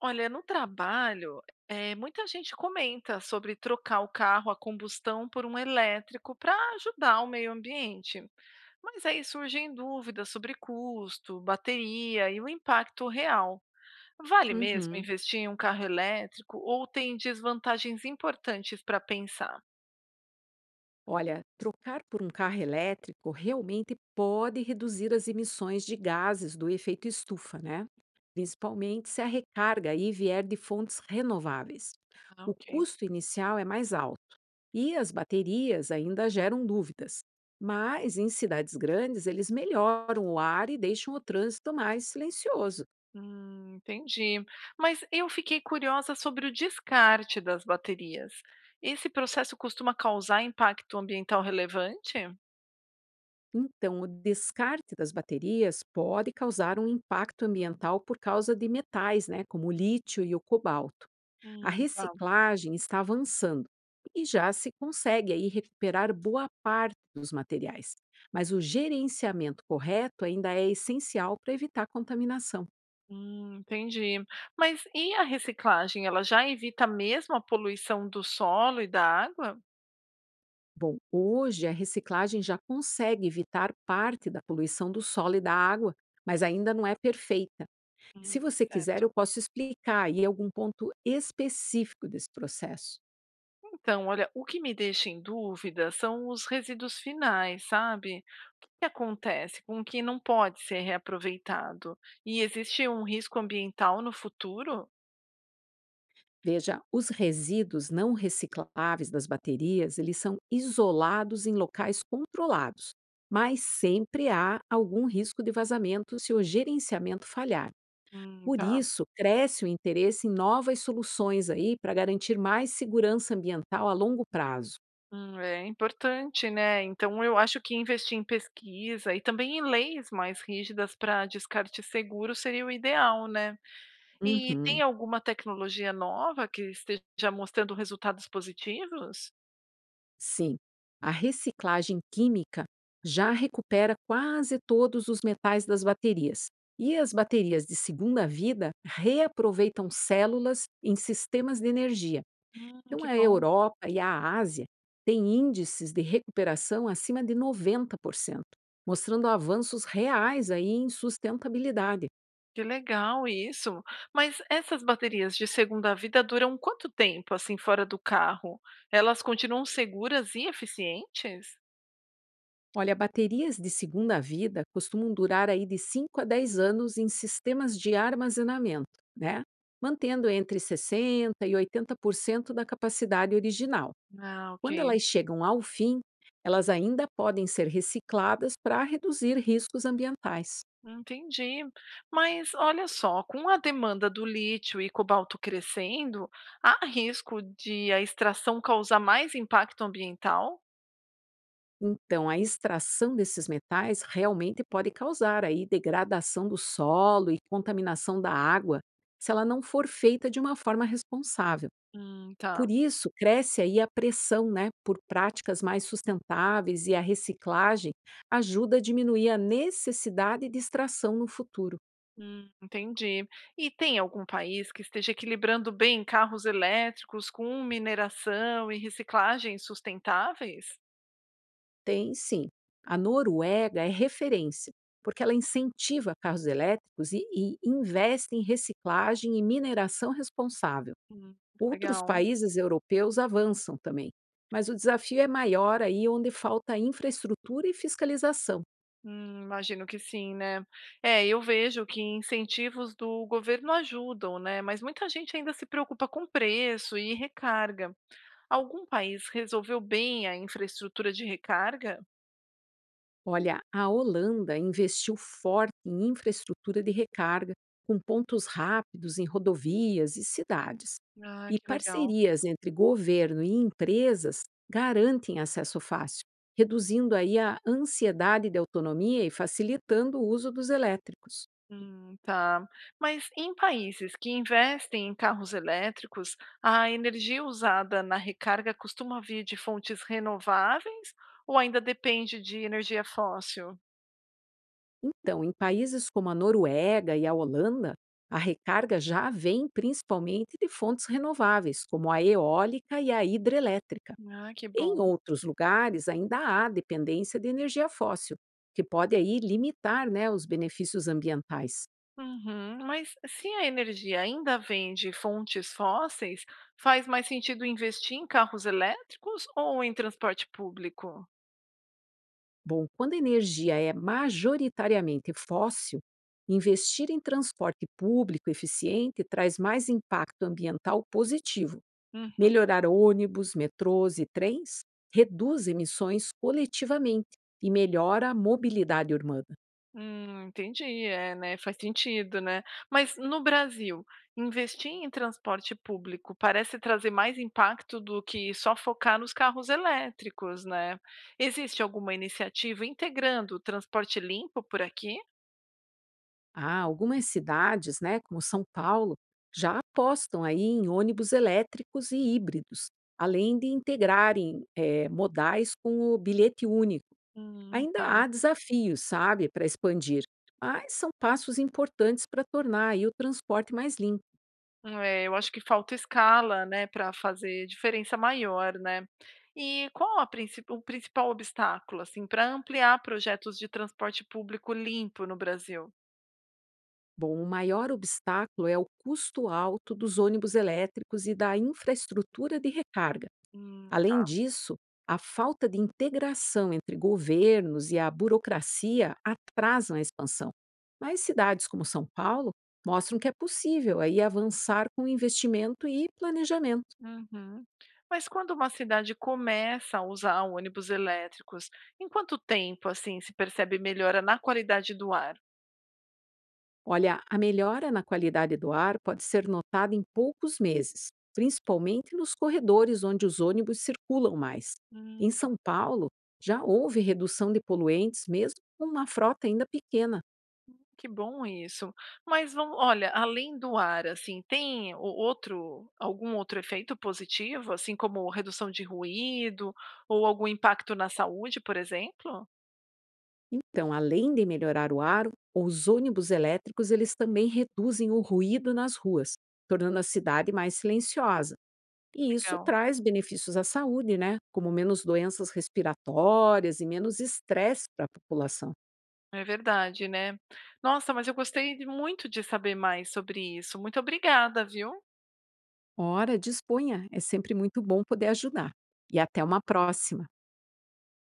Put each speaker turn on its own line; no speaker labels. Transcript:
Olha, no trabalho, muita gente comenta sobre trocar o carro a combustão por um elétrico para ajudar o meio ambiente. Mas aí surgem dúvidas sobre custo, bateria e o impacto real. Vale mesmo
Uhum.
investir em um carro elétrico ou tem desvantagens importantes para pensar?
Olha, trocar por um carro elétrico realmente pode reduzir as emissões de gases do efeito estufa, né? Principalmente se a recarga aí vier de fontes renováveis.
Ah,
O
ok.
custo inicial é mais alto e as baterias ainda geram dúvidas. Mas em cidades grandes, eles melhoram o ar e deixam o trânsito mais silencioso.
Entendi. Mas eu fiquei curiosa sobre o descarte das baterias. Esse processo costuma causar impacto ambiental relevante?
Então, o descarte das baterias pode causar um impacto ambiental por causa de metais, né, como o lítio e o cobalto. A
Tá.
reciclagem está avançando e já se consegue aí recuperar boa parte dos materiais, mas o gerenciamento correto ainda é essencial para evitar contaminação.
Entendi. Mas e a reciclagem? Ela já evita mesmo a poluição do solo e da água?
Bom, hoje a reciclagem já consegue evitar parte da poluição do solo e da água, mas ainda não é perfeita. Se
Hum,
você quiser,
certo.
eu posso explicar aí algum ponto específico desse processo.
Então, olha, o que me deixa em dúvida são os resíduos finais, sabe? O que acontece com o que não pode ser reaproveitado? E existe um risco ambiental no futuro?
Veja, os resíduos não recicláveis das baterias, eles são isolados em locais controlados, mas sempre há algum risco de vazamento se o gerenciamento falhar. Por
Tá.
isso, cresce o interesse em novas soluções aí para garantir mais segurança ambiental a longo prazo.
É importante, né? Então, eu acho que investir em pesquisa e também em leis mais rígidas para descarte seguro seria o ideal, né? E tem
Uhum.
alguma tecnologia nova que esteja mostrando resultados positivos?
Sim, a reciclagem química já recupera quase todos os metais das baterias. E as baterias de segunda vida reaproveitam células em sistemas de energia. Então,
Que
a
bom,
Europa e a Ásia têm índices de recuperação acima de 90%, mostrando avanços reais aí em sustentabilidade.
que legal isso. Mas essas baterias de segunda vida duram quanto tempo assim fora do carro? Elas continuam seguras e eficientes?
Olha, baterias de segunda vida costumam durar aí de 5 a 10 anos em sistemas de armazenamento, né? Mantendo entre 60 e 80% da capacidade original.
Ah,
Quando
ok.
elas chegam ao fim, elas ainda podem ser recicladas para reduzir riscos ambientais.
Entendi. Mas olha só, com a demanda do lítio e cobalto crescendo, há risco de a extração causar mais impacto ambiental?
Então, a extração desses metais realmente pode causar aí degradação do solo e contaminação da água, se ela não for feita de uma forma responsável.
Tá.
Por isso, cresce aí a pressão né, por práticas mais sustentáveis e a reciclagem ajuda a diminuir a necessidade de extração no futuro.
Entendi. E tem algum país que esteja equilibrando bem carros elétricos com mineração e reciclagem sustentáveis?
Tem sim. A Noruega é referência, porque ela incentiva carros elétricos e investe em reciclagem e mineração responsável.
Hum,
Outros
legal.
países europeus avançam também, mas o desafio é maior aí onde falta infraestrutura e fiscalização.
Imagino que sim, né? É, eu vejo que incentivos do governo ajudam, né? Mas muita gente ainda se preocupa com preço e recarga. Algum país resolveu bem a infraestrutura de recarga?
Olha, a Holanda investiu forte em infraestrutura de recarga, com pontos rápidos em rodovias e cidades.
Ah,
E
que legal.
parcerias entre governo e empresas garantem acesso fácil, reduzindo aí a ansiedade de autonomia e facilitando o uso dos elétricos.
Tá. Mas em países que investem em carros elétricos, a energia usada na recarga costuma vir de fontes renováveis ou ainda depende de energia fóssil?
Então, em países como a Noruega e a Holanda, a recarga já vem principalmente de fontes renováveis, como a eólica e a hidrelétrica.
Ah, que
Em
bom.
outros lugares, ainda há dependência de energia fóssil, que pode aí limitar né, os benefícios ambientais.
Uhum. Mas se a energia ainda vem de fontes fósseis, faz mais sentido investir em carros elétricos ou em transporte público?
Bom, quando a energia é majoritariamente fóssil, investir em transporte público eficiente traz mais impacto ambiental positivo. Melhorar ônibus, metrôs e trens reduz emissões coletivamente e melhora a mobilidade urbana.
Entendi. É, né, faz sentido, né. Mas no Brasil, investir em transporte público parece trazer mais impacto do que só focar nos carros elétricos, né. Existe alguma iniciativa integrando o transporte limpo por aqui?
Ah, algumas cidades, né, como São Paulo, já apostam aí em ônibus elétricos e híbridos, além de integrarem modais com o bilhete único. Ainda
Tá.
há desafios, sabe, para expandir, mas são passos importantes para tornar aí o transporte mais limpo.
É, eu acho que falta escala, né, para fazer diferença maior, né. E qual a princi o principal obstáculo, assim, para ampliar projetos de transporte público limpo no Brasil?
Bom, o maior obstáculo é o custo alto dos ônibus elétricos e da infraestrutura de recarga. Além
Tá.
disso, a falta de integração entre governos e a burocracia atrasam a expansão. Mas cidades como São Paulo mostram que é possível aí avançar com investimento e planejamento.
Uhum. Mas quando uma cidade começa a usar ônibus elétricos, em quanto tempo, assim, se percebe melhora na qualidade do ar?
Olha, a melhora na qualidade do ar pode ser notada em poucos meses, principalmente nos corredores onde os ônibus circulam mais. Em
Hum, que
São Paulo, já houve redução de poluentes mesmo com uma frota ainda pequena.
que bom isso. Mas vamos, olha, além do ar, assim, tem outro, algum outro efeito positivo, assim como redução de ruído ou algum impacto na saúde, por exemplo?
Então, além de melhorar o ar, os ônibus elétricos eles também reduzem o ruído nas ruas, tornando a cidade mais silenciosa. E isso
Legal.
traz benefícios à saúde, né? Como menos doenças respiratórias e menos estresse para a população.
É verdade, né? Nossa, mas eu gostei muito de saber mais sobre isso. Muito obrigada, viu?
Ora, disponha, é sempre muito bom poder ajudar. E até uma próxima.